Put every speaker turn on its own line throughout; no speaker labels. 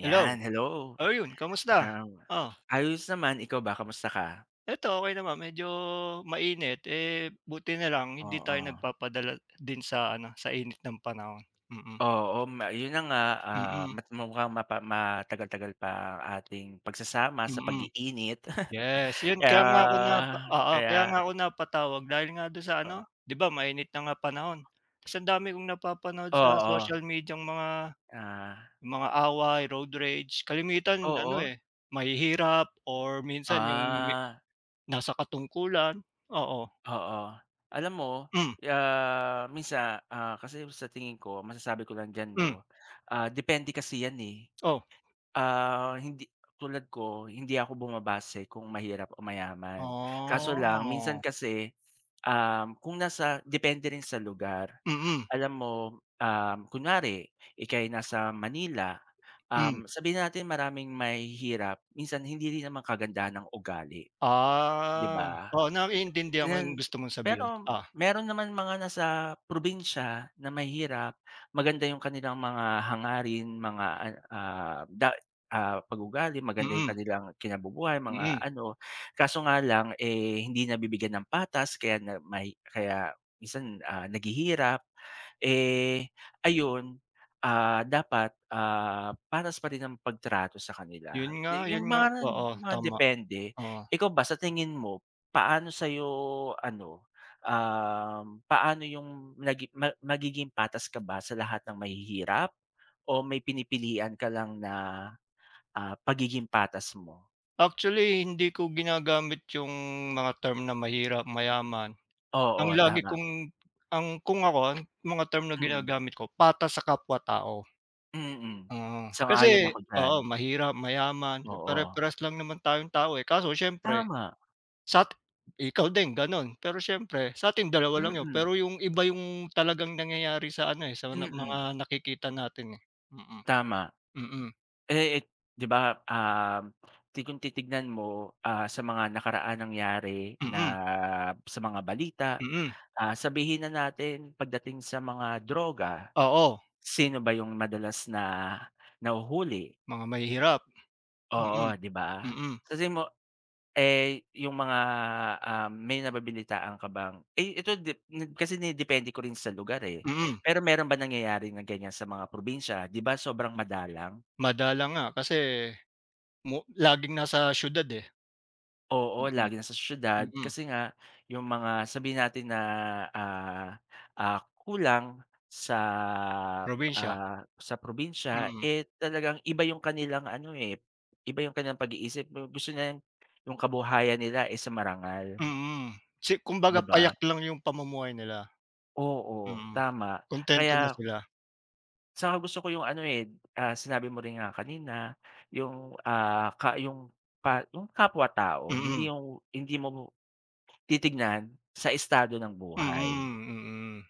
Hello.
hello.
Oh, yun kamusta?
Um,
Oh,
ayos naman, ikaw ba kamusta ka?
eto okey naman medyo mainit, eh, buti na lang hindi tayo
Oo.
nagpapadala din sa ano, sa init ng panahon. Mm.
Oo, ma yun na nga,
Mm.
mat mukhang mapa matagal-tagal pa ang ating pagsasama sa
Mm.
pag-iinit.
Yes, yun kaya nga ako na
Ah,
oo, kaya
kaya
nga ako napatawag dahil nga dun sa
oh,
ano, 'di ba mainit na nga panahon, ta's ang dami kong napapanood sa
oo,
social media ang mga
ah,
yung mga away, road rage, kalimitan ano,
oo,
eh, mahihirap or minsan yung
ah,
nasa katungkulan, oo.
oo. Alam mo,
Hmm.
minsan, kasi sa tingin ko masasabi ko lang diyan
Hmm.
'no, depende kasi yan, eh.
Oh.
Ah, hindi tulad ko, hindi ako bumabase kung mahirap o mayaman. Kaso lang minsan
Oh.
kasi, kung nasa depende rin sa lugar.
Mm.
Alam mo, kunwari ika'y nasa Manila,
Hmm.
sabihin natin maraming mahihirap, minsan hindi rin naman kagandahan ng ugali, 'di
Ah,
ba?
oo naiintindihan ko yung
Yan,
gusto mong sabihin,
pero
ah.
meron naman mga nasa probinsya na mahirap, maganda yung kanilang mga hangarin, mga an ah, da pag-uugali, maganda yung
Mm.
kanilang kinabubuhay, mga
Mm.
ano. Kaso nga lang, eh, hindi nabibigyan ng patas kaya na mahi kaya minsan, naghihirap. Eh, ayun, dapat, patas pa rin ang pagtrato sa kanila. Y-
Yun nga, oo,
yung mga
tama,
depende.
oo.
Ikaw ba, sa tingin mo, paano sa'yo ano, paano yung nagi ma magiging patas ka ba sa lahat ng mahihirap o may pinipilian ka lang na, pagiging patas mo?
Actually hindi ko ginagamit yung mga term na mahirap, mayaman. Ang
Oo,
lagi
tama.
kong ang kung ako ang mga term na
Mm,
ginagamit ko patas sa kapwa-tao,
mm.
oo.
Sang-ayon
Kasi
ako diyan,
oo mahirap, mayaman,
oo.
pare-parehas lang naman tayong tao, eh, kaso siyempre
Tama,
Sat ikaw din gano'n, pero siyempre sa'ting dalawa
mm,
lang 'yun,
mm.
pero yung iba yung talagang nangyayari sa ano, eh, sa na
Mm,
mga nakikita natin, eh. Mm.
tama.
Mm.
Eh, it 'di ba, um, ti kung titignan mo, sa mga nakaraang nangyari na
Mm.
sa mga balita,
Mm.
sabihin na natin pagdating sa mga droga,
Oo,
sino ba yung madalas na nahuhuli?
mga mahihirap.
Oo,
Mm.
'di ba?
Mm.
Kasi mo eh, yung mga, may nababalitaan ka bang eh, ito dep nag kasi ni depende ko rin sa lugar, eh.
Mm.
Pero meron ba nangyayari na ganyan sa mga probinsya? 'Di ba sobrang madalang?
Madala nga kasi mo laging nasa siyudad, eh.
Oo,
Mm.
lagi nasa siyudad
Mm.
kasi nga yung mga sabihin natin na, ah, ah, kulang sa,
Probinsya.
sa probinsya,
Mm.
eh, talagang iba yung kanilang ano, eh, iba yung kanilang pag-iisip. Gusto nilang yung kabuhayan nila, eh, sa marangal,
Mm.
'di
Kumbaga
ba?
payak lang yung pamumuhay nila.
Oo,
Mm.
tama.
Kuntento na
Kaya
sila.
saka gusto ko yung ano, eh, sinabi mo rin nga kanina yung, ah, ka yung pa yung kapwa tao, hindi
Mm.
yung hindi mo titignan sa estado ng buhay,
Mm. Mm.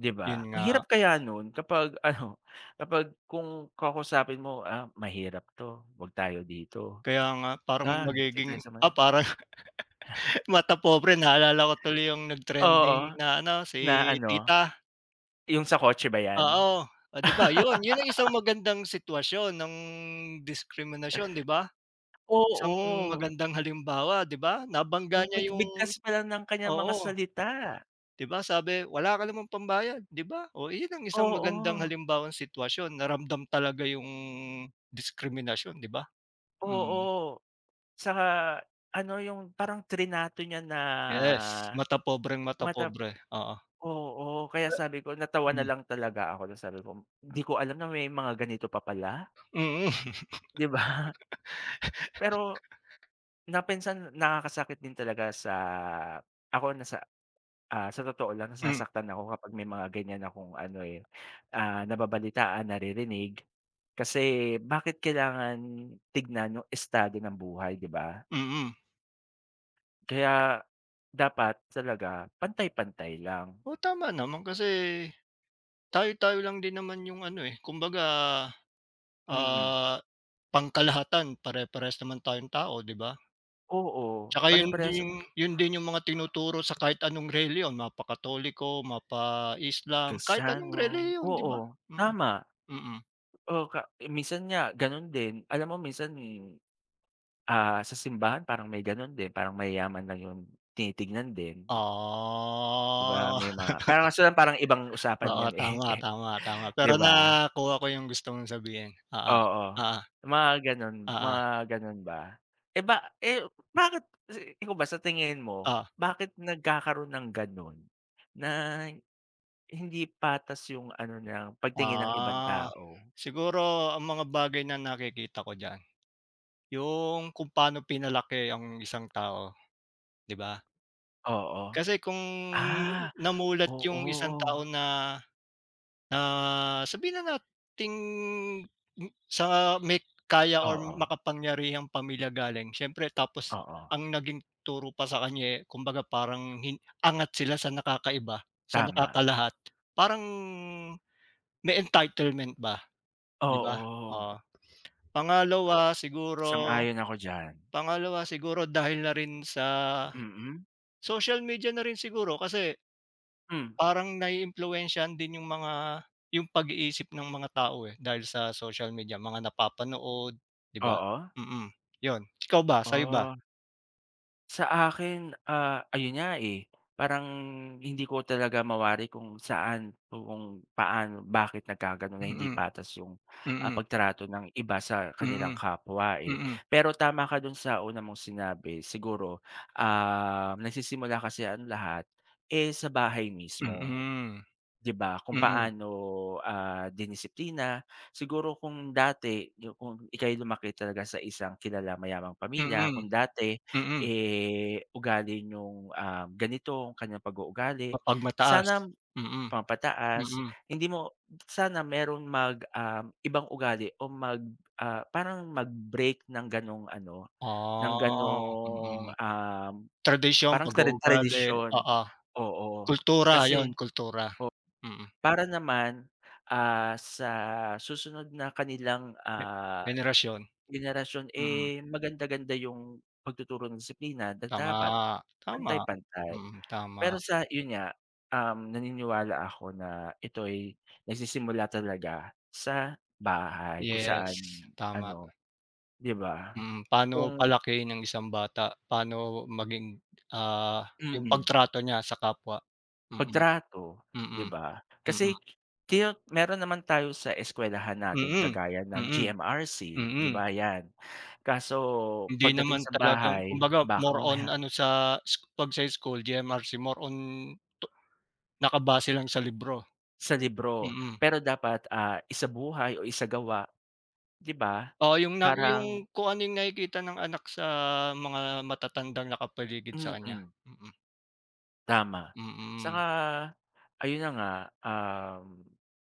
'di
'Yun
ba? Ang
nga.
hirap kaya nun kapag ano, kapag kung kakausapin mo, "Ah, mahirap 'to, 'wag tayo dito.
Kaya nga parang
Ah, dito
magiging
tayo sa may."
parang mata pobre naalala ko tuloy yung
Oo,
nag-trending na ano si
na ano,
tita,
yung sa kotse ba 'yan?
oo. Oh, 'di ba yun, yun ang isang magandang sitwasyon ng diskriminasyon 'di ba? Isang
Oo,
magandang halimbawa 'di ba, nabangga
yung
niya yung,
pagbigkas pa lang ng kanyang mga
oo,
salita.
'di ba sabi, "Wala ka namang pambayad," 'di ba? Oh, iyon ang isang magandang
Oo,
halimbawang sitwasyon na ramdam talaga yung diskriminasyon 'di ba? Mm.
oo. Tsaka ano yung parang trinato niya na
Yes, mata pobreng mata
mata
pobre, oo.
oo, kaya sabi ko natawa na
Hmm.
lang talaga ako na sabi ko, "Di ko alam na may mga ganito pa pala,"
Mm.
'di ba? Pero na minsan nakakasakit din talaga sa ako nasa, sa totoo lang
Hmm.
nasasaktan ako kapag may mga ganyan akong ano, eh, nababalitaan, naririnig. Kasi bakit kailangan tignan yung estado ng buhay, 'di ba?
Mm.
Kaya dapat talaga pantay-pantay lang.
Oo, tama naman kasi tayo-tayo lang din naman yung ano, eh, kumbaga,
Mm.
ah, pangkalahatan pare-parehas naman tayong tao, 'di ba?
Oo,
Tsaka yun
pare-parehas
din
naman
yun din yung mga tinuturo sa kahit anong relihiyon, mapa-Katoliko, mapa-Islam, kahit anong
kristiyano,
relihiyon, 'di
oo,
ba? Mm.
tama.
Mm.
O ka minsan nga gano'n din, alam mo minsan, sa simbahan parang may gano'n din, parang mayayaman lang 'yung tinitignan din, 'di ba
Ah,
may mga parang kaso lang parang ibang usapan
oo,
'yan, eh.
tama, tama, tama. Pero
'Di ba?
nakuha ko yung gusto mong sabihin.
Oo,
Ah ah
mga
ah
gano'n ba? Eh, ba eh, bakit si, ikaw ba sa tingin mo,
ah.
bakit nagkakaroon ng gano'n na hindi patas yung ano ng pagtingin ng ibang
Ah,
tao?
siguro ang mga bagay na nakikita ko diyan, yung kung paano pinalaki ang isang tao, 'di ba?
Oo.
Kasi kung
Ah,
namulat yung isang
oo,
tao na na sabihin na nating sa may kaya or
oo,
makapangyarihang pamilya galing, siyempre tapos
oo,
ang naging turo pa sa kanya, eh, kumbaga parang angat sila sa nakakaiba, sa
tama,
nakakalahat. Parang may entitlement ba, 'di ba?
oo.
Pangalawa siguro
Sang-ayon ako diyan.
pangalawa siguro dahil na rin sa
Mm,
social media na rin siguro kasi
hmm,
parang naiimpluwensyahan din yung pag-iisip ng mga tao, eh, dahil sa social media, mga napapanood, 'di ba?
oo,
Mm, yun. Ikaw ba, sa'yo ba?
oh. Sa akin, ayun nga, eh, parang hindi ko talaga mawari kung saan kung paano, bakit nagkagano'n na hindi
Mm.
patas yung,
Mm.
pagtrato ng iba sa kanilang
Mm.
kapwa, eh.
Mm.
Pero tama ka do'n sa una mong sinabi, siguro, nagsisimula kasi ang lahat, eh, sa bahay mismo.
Mm.
'Di ba kung
Mm.
paano, dinisiplina. Siguro kung dati yung kung ika'y lumaki talaga sa isang kilala mayamang pamilya,
Mm.
kung dati,
Mm.
eh, ugali niyong, ganito ang kaniyang pag-uugali,
Kapag mataas.
sana
Mm.
papataas,
Mm.
hindi mo sana meron mag, ibang ugali o mag, parang mag-break ng gano'ng ano, ng
Ah.
gano'ng,
Mm. Tradisyon,
parang tradi
pag-uugali,
tradisyon.
oo.
Oo,
Kultura, 'yun
kasi oo.
kultura. Mm.
Para naman, sa susunod na kanilang,
ge Henerasyon.
henerasyon,
Mm.
eh, maganda-ganda yung pagtuturo ng disiplina na
Tama,
dapat
tama.
pantay-pantay.
Mm. Tama.
Pero sa yun nga, naniniwala ako na ito ay nagsisimula talaga sa bahay kung saan
Yes, tama.
ano, 'di ba?
Mm. Paano
Kung
palakihin ang isang bata, paano maging, ah, 'yung
mm.
pagtrato niya sa kapwa. Mm. Mm.
Pagtrato, 'di
Mm.
ba? Kasi tiyo meron naman tayo sa eskwelahan natin
Mm.
kagaya ng
Mm.
GMRC, 'di
Mm.
ba, 'yan. Kaso
Hindi
pagdating
naman
sa
talagang
bahay
kumbaga
baka
more on
mamaya
ano sa 'pag sa school, GMRC more on tu nakabase lang sa libro.
sa libro,
Mm.
pero dapat, isabuhay o isagawa, 'di ba?
Oo, yung na yung
Parang
kung ano yung nakikita ng anak sa mga matatandang nakapaligid sa kanya.
mm.
Mm.
Tama.
Mm.
Saka ayun na nga, um,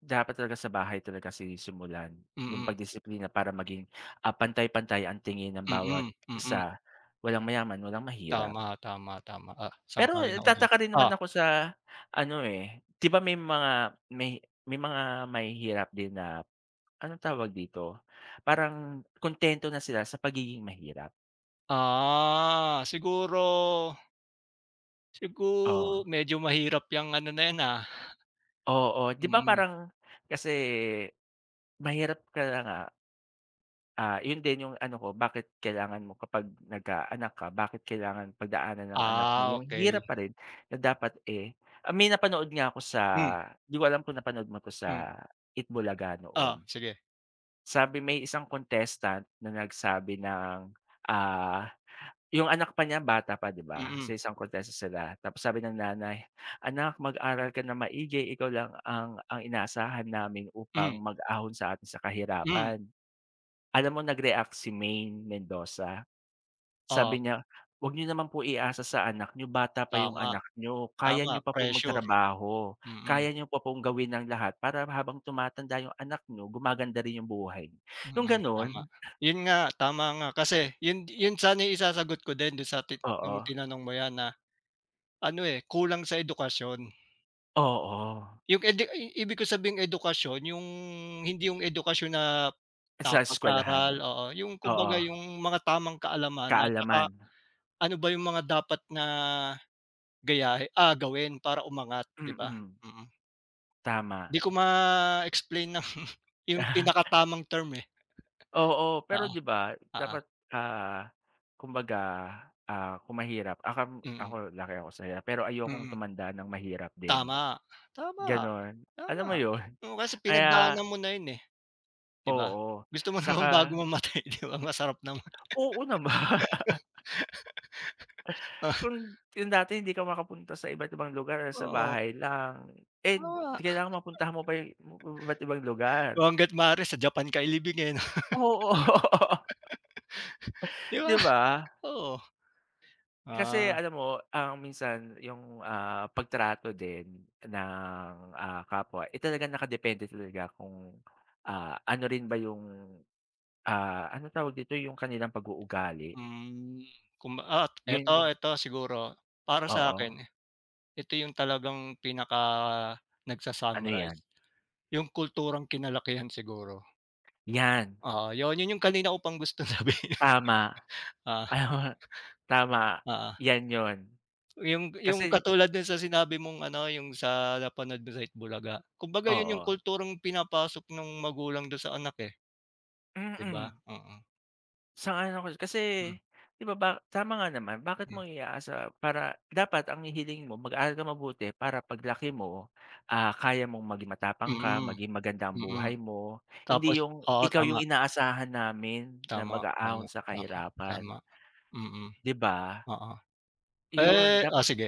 dapat talaga sa bahay talaga sinisimulan yung
Mm.
pagdisiplina para maging, pantay-pantay ang tingin ng bawat
Mm. Mm.
isa, walang mayaman, walang mahirap.
Tama, tama, tama. Ah,
Pero
sang-ayon ako diyan.
tataka rin naman
Ah,
ako sa ano, eh, 'di ba may mga may may mga mahihirap din na, anong tawag dito, parang kontento na sila sa pagiging mahirap.
Siguro sigu
Oo,
medyo mahirap yang ano na yan, ah.
oo, 'di ba
Mm.
parang kasi mahirap ka na nga. Ah, yun din yung ano ko, bakit kailangan mo kapag nagkaanak ka, bakit kailangan pagdaanan ng anak mo
Ah,
yung
okey.
hirap pa rin na dapat, eh ah, may napanood nga ako sa
Hmm.
di ko alam kung napanood mo 'to
Hmm.
sa Eat
Oh,
noon.
sige.
Sabi may isang contestant na nagsabi ng, ah yung anak pa niya bata pa 'di ba?
Mm.
Sa isang kontesa sila tapos sabi ng nanay, "Anak mag-aral ka ng maigi ikaw lang ang inaasahan namin upang
Hmm.
mag-ahon sa atin sa
Hmm.
kahirapan." Alam mo nag-react si Maine Mendoza,
Oh,
sabi niya, "Wag niyo naman po iasa sa anak niyo, bata pa yung
tama,
anak niyo, kaya niyo
tama,
pa pong
pressure.
magtrabaho,
Mm.
kaya niyo pa pong gawin ang lahat para habang tumatanda yung anak niyo gumaganda rin yung buhay." Yung
Mm,
gano'n,
tama. 'Yun nga, tama nga kasi 'yun sana yung isasagot ko din do'n sa nung
oo,
tinanong mo 'yan na ano, eh, kulang sa edukasyon.
oo,
Yung ibig ko sabihing edukasyon yung hindi yung edukasyon na
sa
dapat
eskuwelahan,
aral, oo, yung
oo.
kumbaga yung mga tamang kaalaman at saka
Kaalaman,
ano ba yung mga dapat na gayahin ah, gawin para umangat, 'di ba?
mm,
Mm. 'Di
tama.
ko ma-explain ng yung pinakatamang term, eh.
Oo,
Ah,
pero 'di ba
oo.
dapat, ah, kumbaga, kung mahirap akam
Mm.
ako
Mm.
laki ako sa hirap pero ayokong
Mm.
tumanda ng mahirap din,
Tama, tama.
gano'n. Alam
Tama.
mo 'yun?
Oo, kasi
Kaya
pinagdaanan mo na yun, eh, 'di ba?
oo,
Gusto mo naman bago
saka
mamatay, 'di ba, masarap naman.
oo naman. Kung dati hindi ka makapunta sa iba't ibang lugar nasa
Oo,
bahay lang, eh,
tama.
kailangan mapuntahan mo pa yung iba't ibang
O
lugar.
hangga't maaari sa Japan ka ilibing, eh, 'no,
Oo,
'di
'di
ba?
ba?
Oo.
Kasi
Ah.
alam mo, ang minsan yung, pagtrato din ng, kapwa, eh, talagang nakadepende talaga kung, ano rin ba yung, anong tawag dito, yung kanilang pag-uugali,
Hmm. kumba at eto,
yun
eto siguro, para
oo,
sa'kin, ito yung talagang pinaka
ano
nagsa-summarize,
yan?
yung kulturang kinalakihan siguro.
Yan,
Oo, yun, yun yung kanina ko pang gustong sabihin.
tama,
Oo.
tama, tama,
Oo.
yan yon.
Yung
Kasi
katulad dun sa sinabi mong ano, yung sa napanood mo sa Itbulaga. Kumbaga yun yung
oo,
kulturang pinapasok nung magulang dun sa anak, eh, 'di ba?
mm.
Oo.
Sang-ayon ako kasi
Mm.
'di ba ba tama nga naman, bakit mo iaasa para dapat ang hiling mo mag-aral ka mabuti para paglaki mo, kaya mong maging
Hmm.
matapang ka,
Hmm.
maging maganda ang
Mm. Mm.
buhay mo,
Tapos
hindi yung
oo,
ikaw
tama,
yung inaasahan namin na
tama,
mag-aahon
tama,
sa
tama,
kahirapan,
tama. Mm,
'di ba?
oo.
Iyon
Eh oh,
dapat.
sige,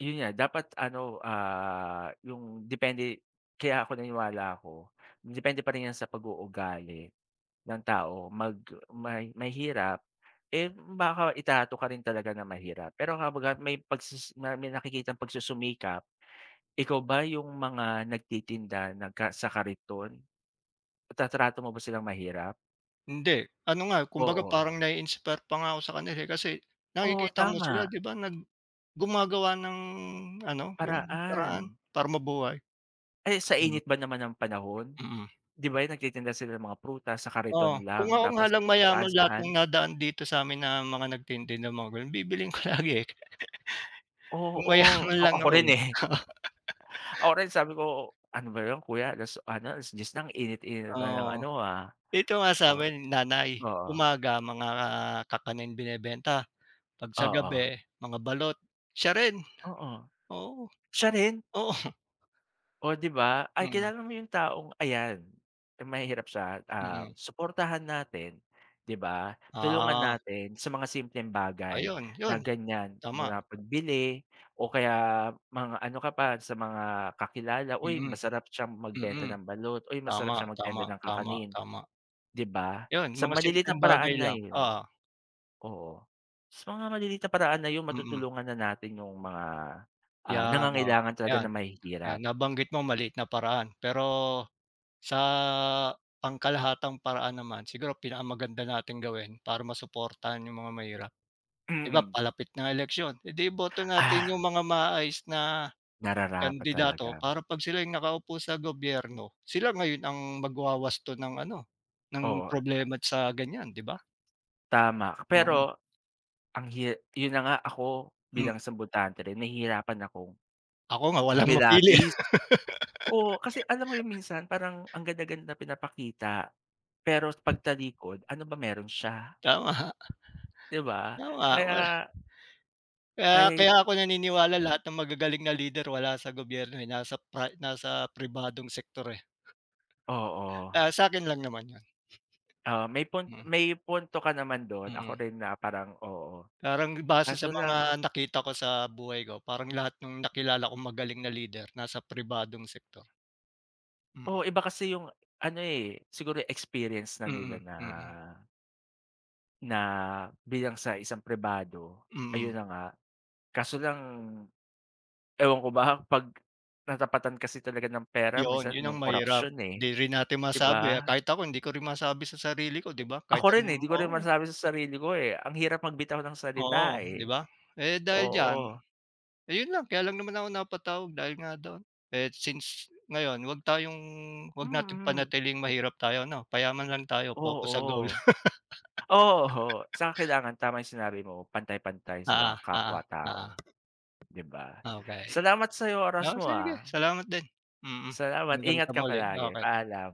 Yun nga dapat ano, yung depende kaya ako naniniwala ako, depende pa rin yan sa pag-uugali ng tao mag may mahirap, eh, baka itato ka rin talaga na mahirap. Pero kumbaga may pagsis na may nakikitang pagsusumikap, ikaw ba yung mga nagtitinda ng ka sa kariton, tratrato mo ba silang mahirap?
hindi. Ano nga, kumbaga
Oo.
parang nai-inspire pa nga ako sa kanila, eh, kasi
Oo,
nakikita mo
tama,
sila 'di ba nag gumagawa ng ano, yung paraan
paraan.
para mabuhay.
Eh, sa
Hmm.
init ba naman ng panahon?
Mm.
'Di ba yung nagtitinda sila ng mga prutas sa kariton
Oo,
lang
kung ako nga
tapos
lang
kung
mayaman lahat
saan-saan.
ng nadaan dito sa'min na mga nagtinda ng mga gano'n bibilhin ko lagi, eh, kung
Oo,
mayaman
a
lang
ako
ako,
rin, eh. Ako rin sabi ko, "Ano ba 'yun kuya alas ano, 10:00 na ang init-init na ng
oo.
ano, ah."
Dito nga sa'min nanay,
Oo,
umaga mga ah, kakanin binebenta, 'pag sa
oo, oo,
gabi mga balot, siya rin,
oo.
oo,
Siya rin.
oo.
O 'di ba? Ay,
Mm.
kilala mo yung taong ayan, yung mahihirap siya,
Mm.
suportahan natin, 'di ba? Tulungan
Ah,
natin sa mga simpleng bagay
ayun,
na
yun
ganyan,
tama.
mula pagbili o kaya mga ano ka pa, sa mga kakilala, "Uy,
Mm.
masarap siyang magbenta
Mm.
ng balot. Uy, masarap
Tama,
siyang
tama,
magtenda ng
tama,
kakanin."
tama.
'Di ba?
Yun
Sa
mga
maliliit na
simpleng
paraan
bagay
na
lang,
yun,
oo.
oo. Sa mga maliliit na paraan na yun,
Mm.
matutulungan na natin yung mga,
'Yan, oo,
nangangailangan talaga
'yan.
na
Ayan,
mahihirap.
nabanggit mo maliit na paraan, pero sa pangkalahatang paraan naman siguro pinakamaganda natin gawin para masuportahan yung mga mahirap, 'di ba
Mm.
palapit ng eleksyon, eh, 'di iboto natin
Ah.
yung mga maayos na
Nararapat talaga,
kandidato para 'pag sila yung nakaupo sa gobyerno, sila ngayon ang magwawasto ng ano, ng
oo,
problema sa ganyan, 'di ba?
tama.
Mm.
Pero ang hi yun na nga ako
Hmm.
bilang sambutante rin nahihirapan akong
Ako nga walang mapili,
kumilatis. Oo, kasi alam mo yung minsan parang ang ganda-ganda pinapakita, pero pag talikod ano ba meron siya,
tama,
'di ba?
tama.
Kaya
Kaya
ay
kaya ako naniniwala lahat ng magagaling na lider wala sa gobyerno, eh, nasa pribadong sektor, eh.
oo,
Ah, sa akin lang naman 'yun.
may pun
Mm.
may punto ka naman dun, ako
Mm.
rin na parang oo.
Parang base sa
Kaso
mga
lang
nakita ko sa buhay ko, parang lahat ng nakilala kong magaling na lider nasa pribadong sektor. Mm.
oo, iba kasi yung ano, eh, siguro experience na nila
Mm.
na
Mm.
na bilang sa isang pribado,
Mm.
ayun na nga. Kaso lang ewan ko ba 'pag natapatan kasi talaga ng pera
'Yun,
minsan
'yun
yung
ang mahirap.
corruption eh,
'Di rin natin
'di
masabi, ah,
ba?
kahit ako hindi ko rin masabi sa sarili ko, 'di ba?
Ako
Kahit
rin,
anong
eh, 'di ko rin
oo,
masabi sa sarili ko, eh, ang hirap magbitaw ng salita,
oo, 'di
eh.
ba? Eh, dahil diyan
Oo,
ayun lang, kaya lang naman ako napatawag dahil nga doon. Eh, since ngayon 'wag nating
mm,
panatiling mahirap tayo 'no, payaman lang tayo, focus sa
oo.
goal.
Oo, saka kailangan tama yung sinabi mo pantay-pantay sa
Oo,
mga
oo,
kapwa-tao,
oo,
'di ba?
okey.
Salamat sa'yo oras
Oo,
mo,
sige
ah.
salamat din. Mm.
Salamat,
Hanggang
ingat
sa
ka
muli,
palagi,
okay
paalam.